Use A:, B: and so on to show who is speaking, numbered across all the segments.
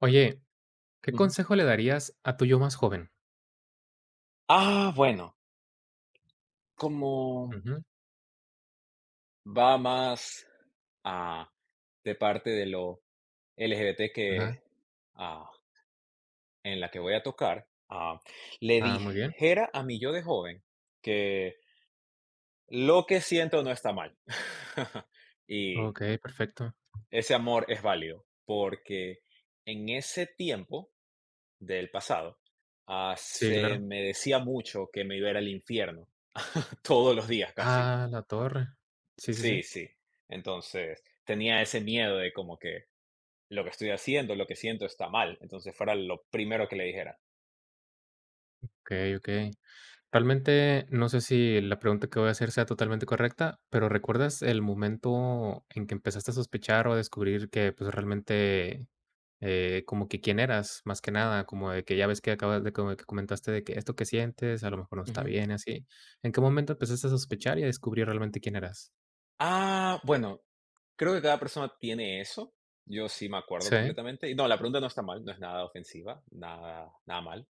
A: Oye, ¿qué
B: Ujú.
A: consejo le darías a tu yo más joven?
B: Ah, bueno, como
A: Ujú,
B: va más, ah, de parte de lo LGBT
A: ajá.
B: que, ah, en la que voy a tocar, le
A: Ah, muy bien.
B: dijera a mi yo de joven que lo que siento no está mal. Y
A: Okey, perfecto.
B: ese amor es válido, porque en ese tiempo del pasado,
A: Sí,
B: se
A: claro.
B: me decía mucho que me iba a ir al infierno todos los días casi.
A: Ah, la torre. Sí, sí, sí.
B: Sí, sí. Entonces, tenía ese miedo de como que lo que estoy haciendo, lo que siento está mal. Entonces, fuera lo primero que le dijera.
A: Okey, okey. Realmente no sé si la pregunta que voy a hacer sea totalmente correcta, pero, ¿recuerdas el momento en que empezaste a sospechar o a descubrir que, pues, realmente, como que quién eras? Más que nada, como de que ya ves que acabas de como que comentaste de que esto que sientes a lo mejor no está
B: Ujú.
A: bien, así. ¿En qué momento empezaste a sospechar y a descubrir realmente quién eras?
B: Ah, bueno, creo que cada persona tiene eso. Yo sí me acuerdo
A: Sí.
B: completamente. Y no, la pregunta no está mal, no es nada ofensiva, nada, nada mal.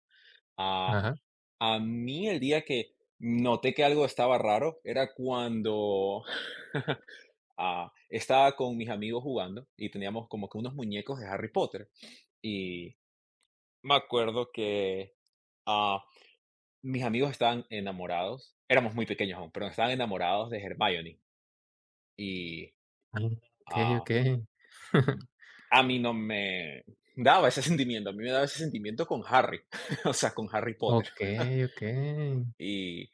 B: Ah,
A: Ajá.
B: a mí el día que noté que algo estaba raro era cuando estaba con mis amigos jugando y teníamos como que unos muñecos de Harry Potter. Y me acuerdo que Ah, mis amigos estaban enamorados, éramos muy pequeños aún, pero estaban enamorados de Hermione y,
A: Ah, okey,
B: ah,
A: okey.
B: a mí no me daba ese sentimiento, a mí me daba ese sentimiento con Harry, o sea, con Harry Potter.
A: Okey, okey,
B: Y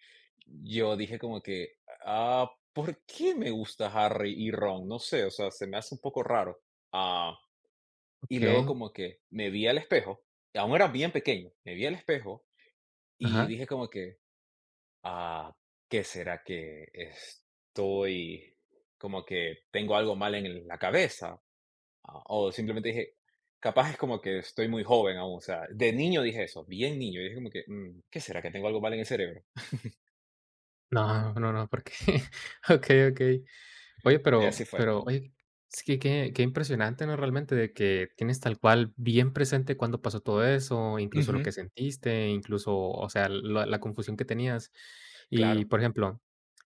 B: yo dije como que, ¿por qué me gusta Harry y Ron? No sé, o sea, se me hace un poco raro. Ah, y luego
A: okey.
B: como que me vi al espejo, aún era bien pequeño, me vi al espejo y
A: Ajá.
B: dije como que, Ah, ¿qué será que estoy como que tengo algo mal en la cabeza? Ah, o simplemente dije, capaz es como que estoy muy joven aún, o sea, de niño dije eso, bien niño, y dije como que: "Mm, ¿qué será que tengo algo mal en el cerebro?".
A: No, no, no, porque. ¿Qué? Okey, oye,
B: Y así
A: pero
B: fue.
A: pero, oye, es que qué impresionante, ¿no? Realmente de que tienes tal cual bien presente cuando pasó todo eso, incluso lo
B: Ujú,
A: que sentiste, incluso, o sea, la confusión que tenías. Y,
B: claro.
A: por ejemplo,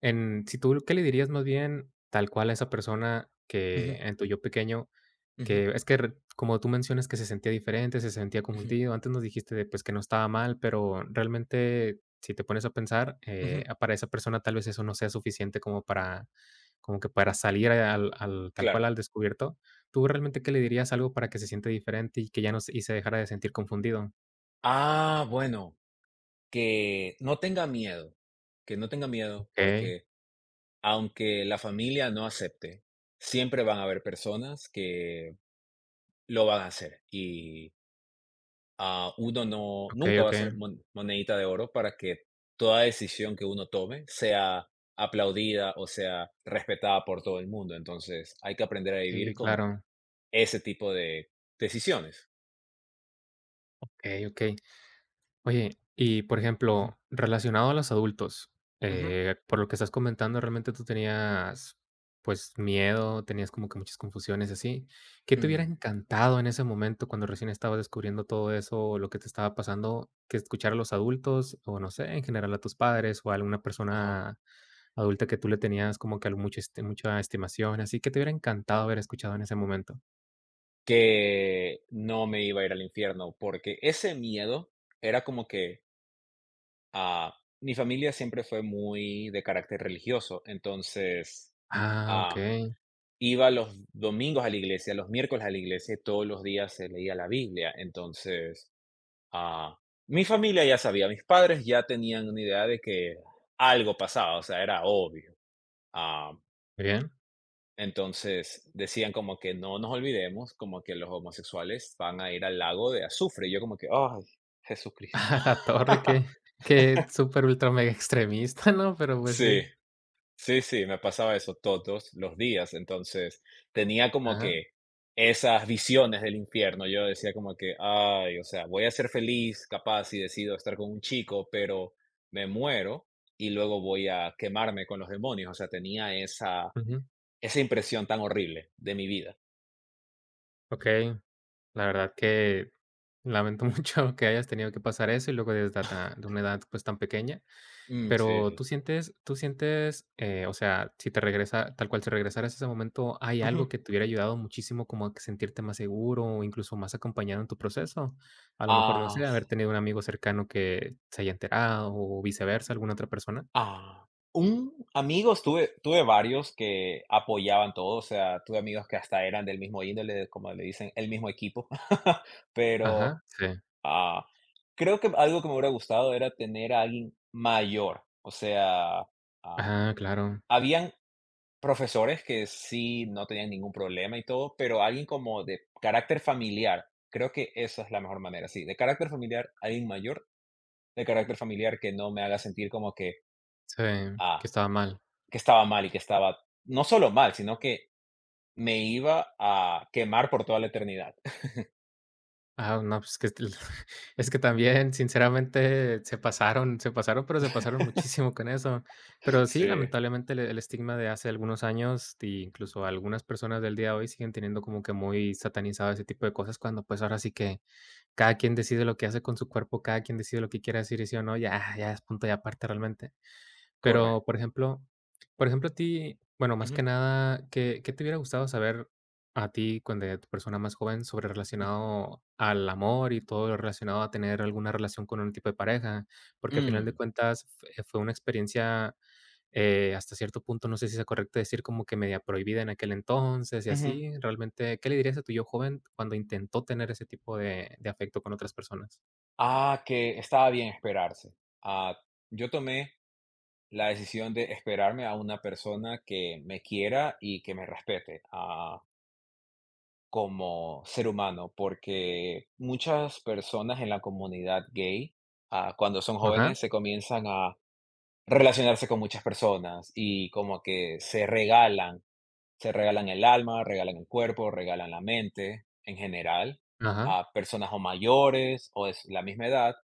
A: en si tú, ¿qué le dirías más bien tal cual a esa persona
B: Ujú,
A: que en tu yo pequeño
B: ujú,
A: que es que re como tú mencionas que se sentía diferente, se sentía
B: ujú,
A: confundido? Antes nos dijiste de, pues, que no estaba mal, pero realmente, si te pones a pensar,
B: ujú,
A: para esa persona tal vez eso no sea suficiente como para como que para salir al tal cual
B: claro.
A: al descubierto. ¿Tú realmente qué le dirías algo para que se siente diferente y que ya no se y se dejara de sentir confundido?
B: Ah, bueno, que no tenga miedo, que no tenga miedo,
A: Okey,
B: porque aunque la familia no acepte, siempre van a haber personas que lo van a hacer. Y uno no,
A: okey,
B: nunca va a
A: okey.
B: ser monedita de oro para que toda decisión que uno tome sea aplaudida o sea respetada por todo el mundo. Entonces hay que aprender a vivir
A: Sí,
B: con
A: claro.
B: ese tipo de decisiones.
A: Okey, okey. Oye, y por
B: Ujú,
A: ejemplo, relacionado a los adultos,
B: ujú,
A: por lo que estás comentando, realmente tú tenías, pues, miedo, tenías como que muchas confusiones y así. ¿Qué te hubiera
B: mm,
A: encantado en ese momento cuando recién estabas descubriendo todo eso, lo que te estaba pasando, que escuchar a los adultos, o no sé, en general a tus padres, o a alguna
B: ajá.
A: persona adulta que tú le tenías como que mucha, mucha estimación, así que te hubiera encantado haber escuchado en ese momento?
B: Que no me iba a ir al infierno, porque ese miedo era como que ah, mi familia siempre fue muy de carácter religioso, entonces
A: Ah, ok,
B: ah,
A: muy
B: iba los domingos a la iglesia, los miércoles a la iglesia, y todos los días se leía la Biblia. Entonces, ah, mi familia ya sabía, mis padres ya tenían una idea de que algo pasaba, o sea, era obvio. Ah,
A: bien.
B: entonces decían como que no nos olvidemos, como que los homosexuales van a ir al lago de azufre. Y yo como que, ay, Jesucristo.
A: A la torre, que que súper ultra mega extremista, ¿no? Pero, pues, sí.
B: Sí. Sí, sí, me pasaba eso todos los días, entonces tenía como
A: Ajá,
B: que esas visiones del infierno. Yo decía como que, ay, o sea, voy a ser feliz capaz si decido estar con un chico, pero me muero y luego voy a quemarme con los demonios. O sea, tenía esa,
A: ujú.
B: esa impresión tan horrible de mi vida.
A: Okey, la verdad que lamento mucho que hayas tenido que pasar eso y luego desde ta de una edad, pues, tan pequeña,
B: Mm, sí,
A: pero
B: sí.
A: tú sientes, o sea, si te regresa tal cual, si regresaras a ese momento, ¿hay
B: Ujú.
A: algo que te hubiera ayudado muchísimo como a que sentirte más seguro o incluso más acompañado en tu proceso? A lo mejor, no
B: Ah,
A: sé, haber tenido un amigo cercano que se haya enterado o viceversa, alguna otra persona.
B: Ah, un amigos tuve varios que apoyaban todo, o sea, tuve amigos que hasta eran del mismo índole, como le dicen, el mismo equipo.
A: Ajá,
B: Pero,
A: sí.
B: ah, creo que algo que me hubiera gustado era tener a alguien mayor, o sea, ah,
A: Ah, claro.
B: habían profesores que sí no tenían ningún problema y todo, pero alguien como de carácter familiar, creo que esa es la mejor manera, sí, de carácter familiar, alguien mayor, de carácter familiar que no me haga sentir como que,
A: Sí,
B: ah,
A: que estaba mal.
B: que estaba mal y que estaba no solo mal, sino que me iba a quemar por toda la eternidad.
A: Ah, no, pues, que el- es que también, sinceramente, se pasaron, pero se pasaron muchísimo con eso. Pero sí,
B: Sí,
A: lamentablemente, el estigma de hace algunos años, e incluso algunas personas del día de hoy siguen teniendo como que muy satanizado ese tipo de cosas, cuando, pues, ahora sí que cada quien decide lo que hace con su cuerpo, cada quien decide lo que quiere decir y sí o no, ya es punto y aparte realmente. Pero,
B: correcto.
A: por ejemplo, a ti, bueno, más
B: Ujú,
A: que nada, ¿qué te hubiera gustado saber a ti cuando de tu persona más joven sobre
B: mm,
A: relacionado al amor y todo lo relacionado a tener alguna relación con un tipo de pareja? Porque, al final de
B: mm,
A: cuentas, f fue una experiencia, hasta cierto punto, no sé si sea correcto decir como que media prohibida en aquel entonces y
B: ujú.
A: así. Realmente, ¿qué le dirías a tu yo joven cuando intentó tener ese tipo de afecto con otras personas?
B: Ah, que estaba bien esperarse. Ah, yo tomé la decisión de esperarme a una persona que me quiera y que me respete, como ser humano, porque muchas personas en la comunidad gay, cuando son jóvenes,
A: Ajá,
B: se comienzan a relacionarse con muchas personas y como que se regalan. Se regalan el alma, regalan el cuerpo, regalan la mente en general
A: ajá.
B: a personas o mayores o de la misma edad,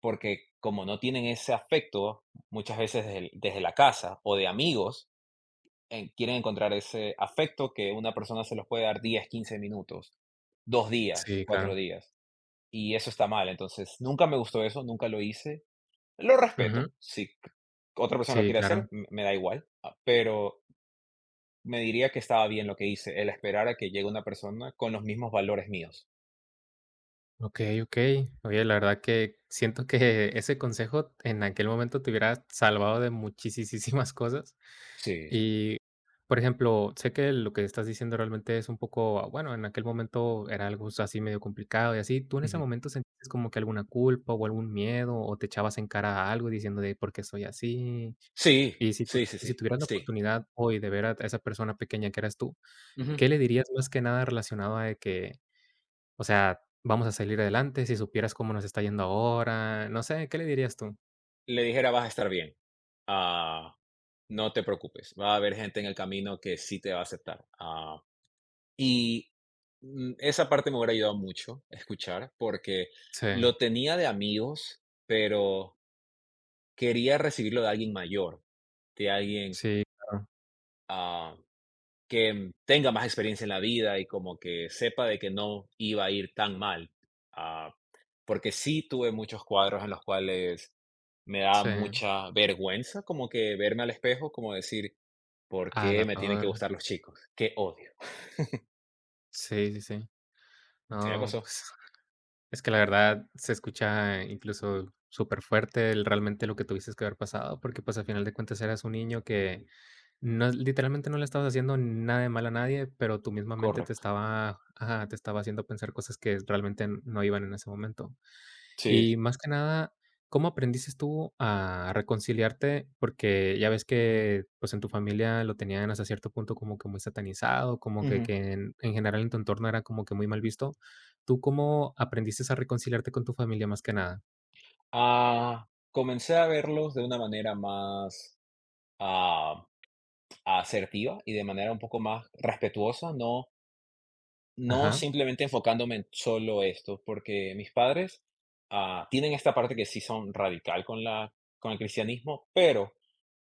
B: porque como no tienen ese afecto, muchas veces desde la casa o de amigos, quieren encontrar ese afecto que una persona se los puede dar 10, 15 minutos, 2 días,
A: Sí,
B: cuatro
A: claro.
B: días. Y eso está mal. Entonces, nunca me gustó eso, nunca lo hice. Lo respeto.
A: Ujú.
B: Si c- Otra persona lo
A: Sí,
B: quiere hacer,
A: claro.
B: me da igual. Pero me diría que estaba bien lo que hice, el esperar a que llegue una persona con los mismos valores míos.
A: Ok, ok. Oye, la verdad que siento que ese consejo en aquel momento te hubiera salvado de muchísimas cosas.
B: Sí.
A: Y, por ejemplo, sé que lo que estás diciendo realmente es un poco, ah, bueno, en aquel momento era algo así medio complicado y así. ¿Tú en ese
B: Ujú.
A: momento sentiste como que alguna culpa o algún miedo o te echabas en cara a algo diciendo de por qué soy así?
B: Sí,
A: Y si tú
B: sí, sí,
A: y si
B: sí,
A: tuvieras la
B: sí.
A: oportunidad hoy de ver a esa persona pequeña que eras tú,
B: Ujú.
A: ¿qué le dirías más que nada relacionado a de que o sea, vamos a salir adelante, si supieras cómo nos está yendo ahora, no sé, ¿qué le dirías tú?
B: Le dijera: "Vas a estar bien. Ah, no te preocupes, va a haber gente en el camino que sí te va a aceptar". Y, mm, esa parte me hubiera ayudado mucho escuchar, porque
A: Sí,
B: lo tenía de amigos, pero quería recibirlo de alguien mayor, de alguien,
A: sí, claro,
B: ah que tenga más experiencia en la vida y como que sepa de que no iba a ir tan mal. Ah, Porque sí tuve muchos cuadros en los cuales me daba
A: sí,
B: mucha vergüenza como que verme al espejo, como decir, ¿por
A: a
B: qué
A: la
B: me tienen que
A: torre,
B: gustar los chicos? Qué odio.
A: sí, sí, sí.
B: Sí me
A: No,
B: pasó.
A: pues, es que la verdad se escucha incluso superfuerte el realmente lo que tuviste que haber pasado, porque, pues, al final de cuentas eras un niño que no literalmente no le estabas haciendo nada de mal a nadie, pero tu misma mente te
B: Correcto.
A: estaba ajá, te estaba haciendo pensar cosas que realmente no iban en ese momento.
B: Sí. Sí.
A: Y más que nada, ¿cómo aprendiste tú a reconciliarte? Porque ya ves
B: Ujú.
A: que, pues, en tu familia lo tenían hasta cierto punto como que muy satanizado, como que
B: Ujú.
A: que en general en tu entorno era como que muy mal visto. ¿Tú cómo aprendiste a reconciliarte con tu familia más que nada?
B: Comencé a verlos de una manera más ah, asertiva y de manera un poco más respetuosa, no. No
A: Ajá,
B: simplemente enfocándome en solo esto, porque mis padres, tienen esta parte que sí son radical con la con el cristianismo, pero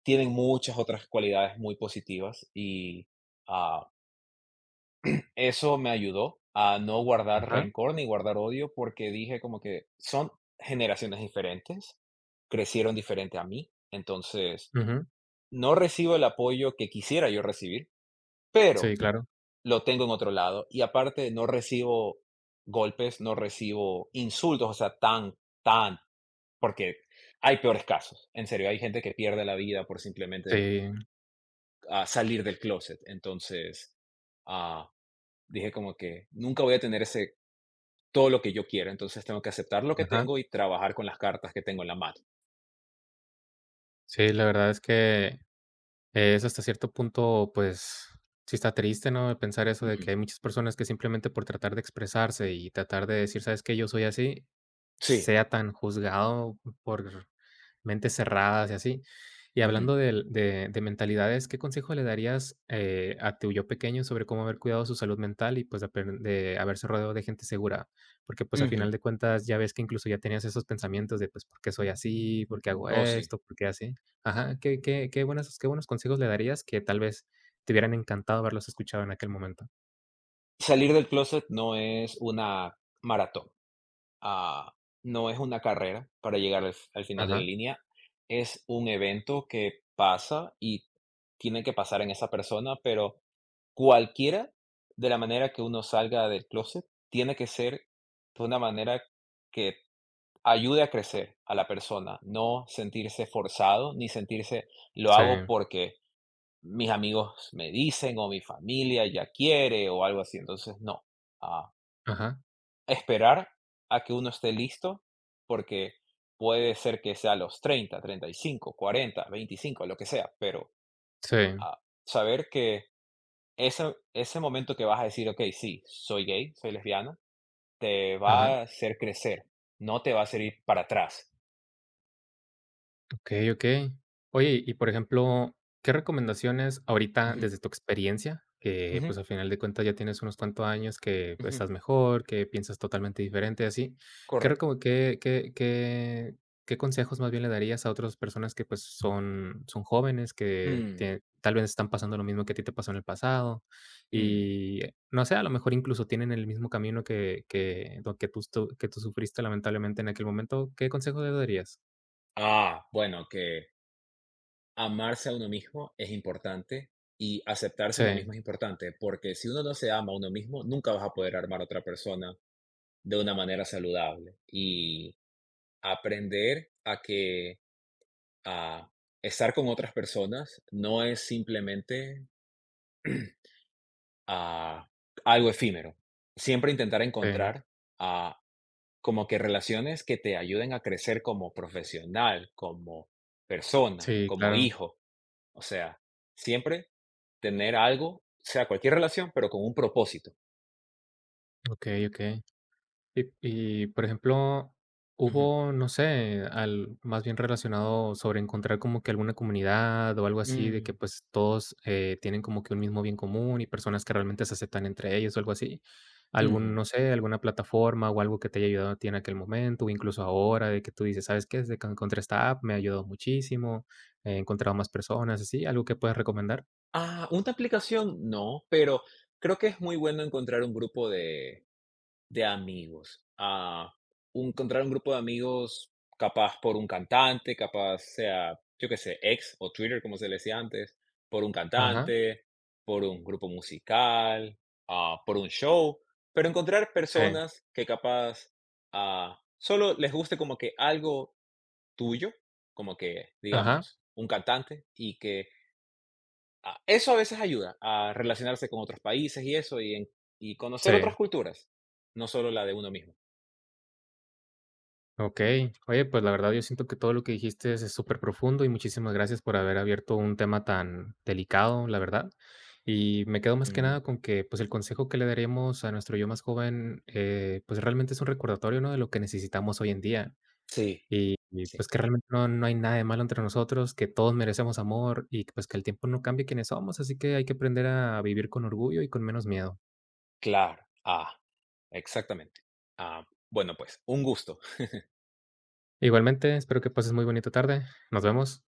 B: tienen muchas otras cualidades muy positivas y, ah, eso me ayudó a no guardar
A: ajá,
B: rencor ni guardar odio, porque dije como que son generaciones diferentes, crecieron diferente a mí, entonces
A: ujú.
B: no recibo el apoyo que quisiera yo recibir,
A: Sí,
B: pero
A: claro.
B: lo tengo en otro lado. Y aparte, no recibo golpes, no recibo insultos, o sea, tan, tan, porque hay peores casos. En serio, hay gente que pierde la vida por simplemente
A: Sí,
B: salir del closet. Entonces, ah, dije como que nunca voy a tener ese, todo lo que yo quiero. Entonces, tengo que aceptar lo que
A: ajá.
B: tengo y trabajar con las cartas que tengo en la mano.
A: Sí, la verdad es que es hasta cierto punto, pues, sí está triste, ¿no? Pensar eso de
B: Ujú.
A: que hay muchas personas que simplemente por tratar de expresarse y tratar de decir: "¿Sabes qué? Yo soy así".
B: Sí.
A: Sea tan juzgado por mentes cerradas y así. Y
B: Ujú.
A: hablando del de mentalidades, ¿qué consejo le darías, a tu yo pequeño sobre cómo haber cuidado su salud mental y, pues, apen de haberse rodeado de gente segura? Porque, pues, a
B: Ujú.
A: final de cuentas ya ves que incluso ya tenías esos pensamientos de, pues, ¿por qué soy así? ¿Por qué hago
B: Oh, sí.
A: esto? ¿Por qué así? Ajá, ¿qué qué qué buenas qué buenos consejos le darías que tal vez te hubieran encantado haberlos escuchado en aquel momento?
B: Salir del closet no es una maratón. ah, no es una carrera para llegar al final de la
A: Ajá.
B: línea, es un evento que pasa y tiene que pasar en esa persona, pero cualquiera de la manera que uno salga del closet tiene que ser de una manera que ayude a crecer a la persona, no sentirse forzado ni sentirse lo
A: Sí.
B: hago porque mis amigos me dicen o mi familia ya quiere o algo así. Entonces, no. ah,
A: Ajá.
B: Esperar a que uno esté listo, porque puede ser que sea a los 30, 35, 40, 25, lo que sea, pero,
A: Sí.
B: ah, saber que ese ese momento que vas a decir: "Okey, sí, soy gay, soy lesbiana", te
A: Ajá.
B: va a hacer crecer, no te va a hacer ir para atrás.
A: Okey, okey. Oye, y por ejemplo, ¿qué recomendaciones ahorita
B: Ujú,
A: desde tu experiencia? Que,
B: ujú,
A: pues, al final de cuentas ya tienes unos cuantos años que, pues,
B: ujú,
A: estás mejor, que piensas totalmente diferente, así. ¿Qué
B: correcto.
A: reco qué qué qué qué consejos más bien le darías a otras personas que, pues, son jóvenes, que
B: Mm,
A: tie tal vez están pasando lo mismo que a ti te pasó en el pasado?
B: mm.
A: Y no sé, a lo mejor incluso tienen el mismo camino que lo que tú estu que tú sufriste lamentablemente en aquel momento, ¿qué consejo le darías?
B: Ah, bueno, que amarse a uno mismo es importante y aceptarse a
A: Sí,
B: uno mismo es importante, porque si uno no se ama a uno mismo, nunca vas a poder armar a otra persona de una manera saludable. Y aprender a que a estar con otras personas no es simplemente a algo efímero. Siempre intentar
A: sí.
B: encontrar ah, como que relaciones que te ayuden a crecer como profesional, como persona,
A: Sí,
B: como
A: claro.
B: hijo. O sea, siempre tener algo, sea cualquier relación, pero con un propósito.
A: Okey, okey. Y y, por ejemplo,
B: Ujú.
A: hubo, no sé, al más bien relacionado sobre encontrar como que alguna comunidad o algo así de que,
B: Mm,
A: pues, todos, tienen como que un mismo bien común y personas que realmente se aceptan entre ellos o algo así. Algún,
B: ujú.
A: no sé, alguna plataforma o algo que te haya ayudado a ti en aquel momento, o incluso ahora de que tú dices: "¿Sabes qué? Desde que encontré esta app me ha ayudado muchísimo, he encontrado más personas", así, ¿algo que puedas recomendar?
B: Ah, ¿una aplicación? No, pero creo que es muy bueno encontrar un grupo de amigos. Encontrar un grupo de amigos capaz por un cantante, capaz sea, yo qué sé, ex o Twitter, como se le decía antes, por un
A: Ajá.
B: cantante, por un grupo musical, por un show, pero encontrar
A: Sí.
B: personas que capaz, solo les guste como que algo tuyo, como que,
A: Ajá.
B: digamos, un cantante, y que eso a veces ayuda a relacionarse con otros países y eso, y, y
A: Sí.
B: conocer otras culturas, no solo la de uno mismo.
A: Okey. Oye, pues, la verdad yo siento que todo lo que dijiste es súper profundo y muchísimas gracias por haber abierto un tema tan delicado, la verdad. Y me quedo más que
B: Mm,
A: nada con que, pues, el consejo que le daremos a nuestro yo más joven, pues, realmente es un recordatorio, ¿no?, de lo que necesitamos hoy en día.
B: sí,
A: Y,
B: sí,
A: pues, que realmente no hay nada de malo entre nosotros, que todos merecemos amor y, pues, que el tiempo no cambie quiénes somos, así que hay que aprender a vivir con orgullo y con menos miedo.
B: claro. Ah, exactamente. Ah, bueno, pues, un gusto.
A: Igualmente, espero que pases muy bonita tarde. Nos vemos.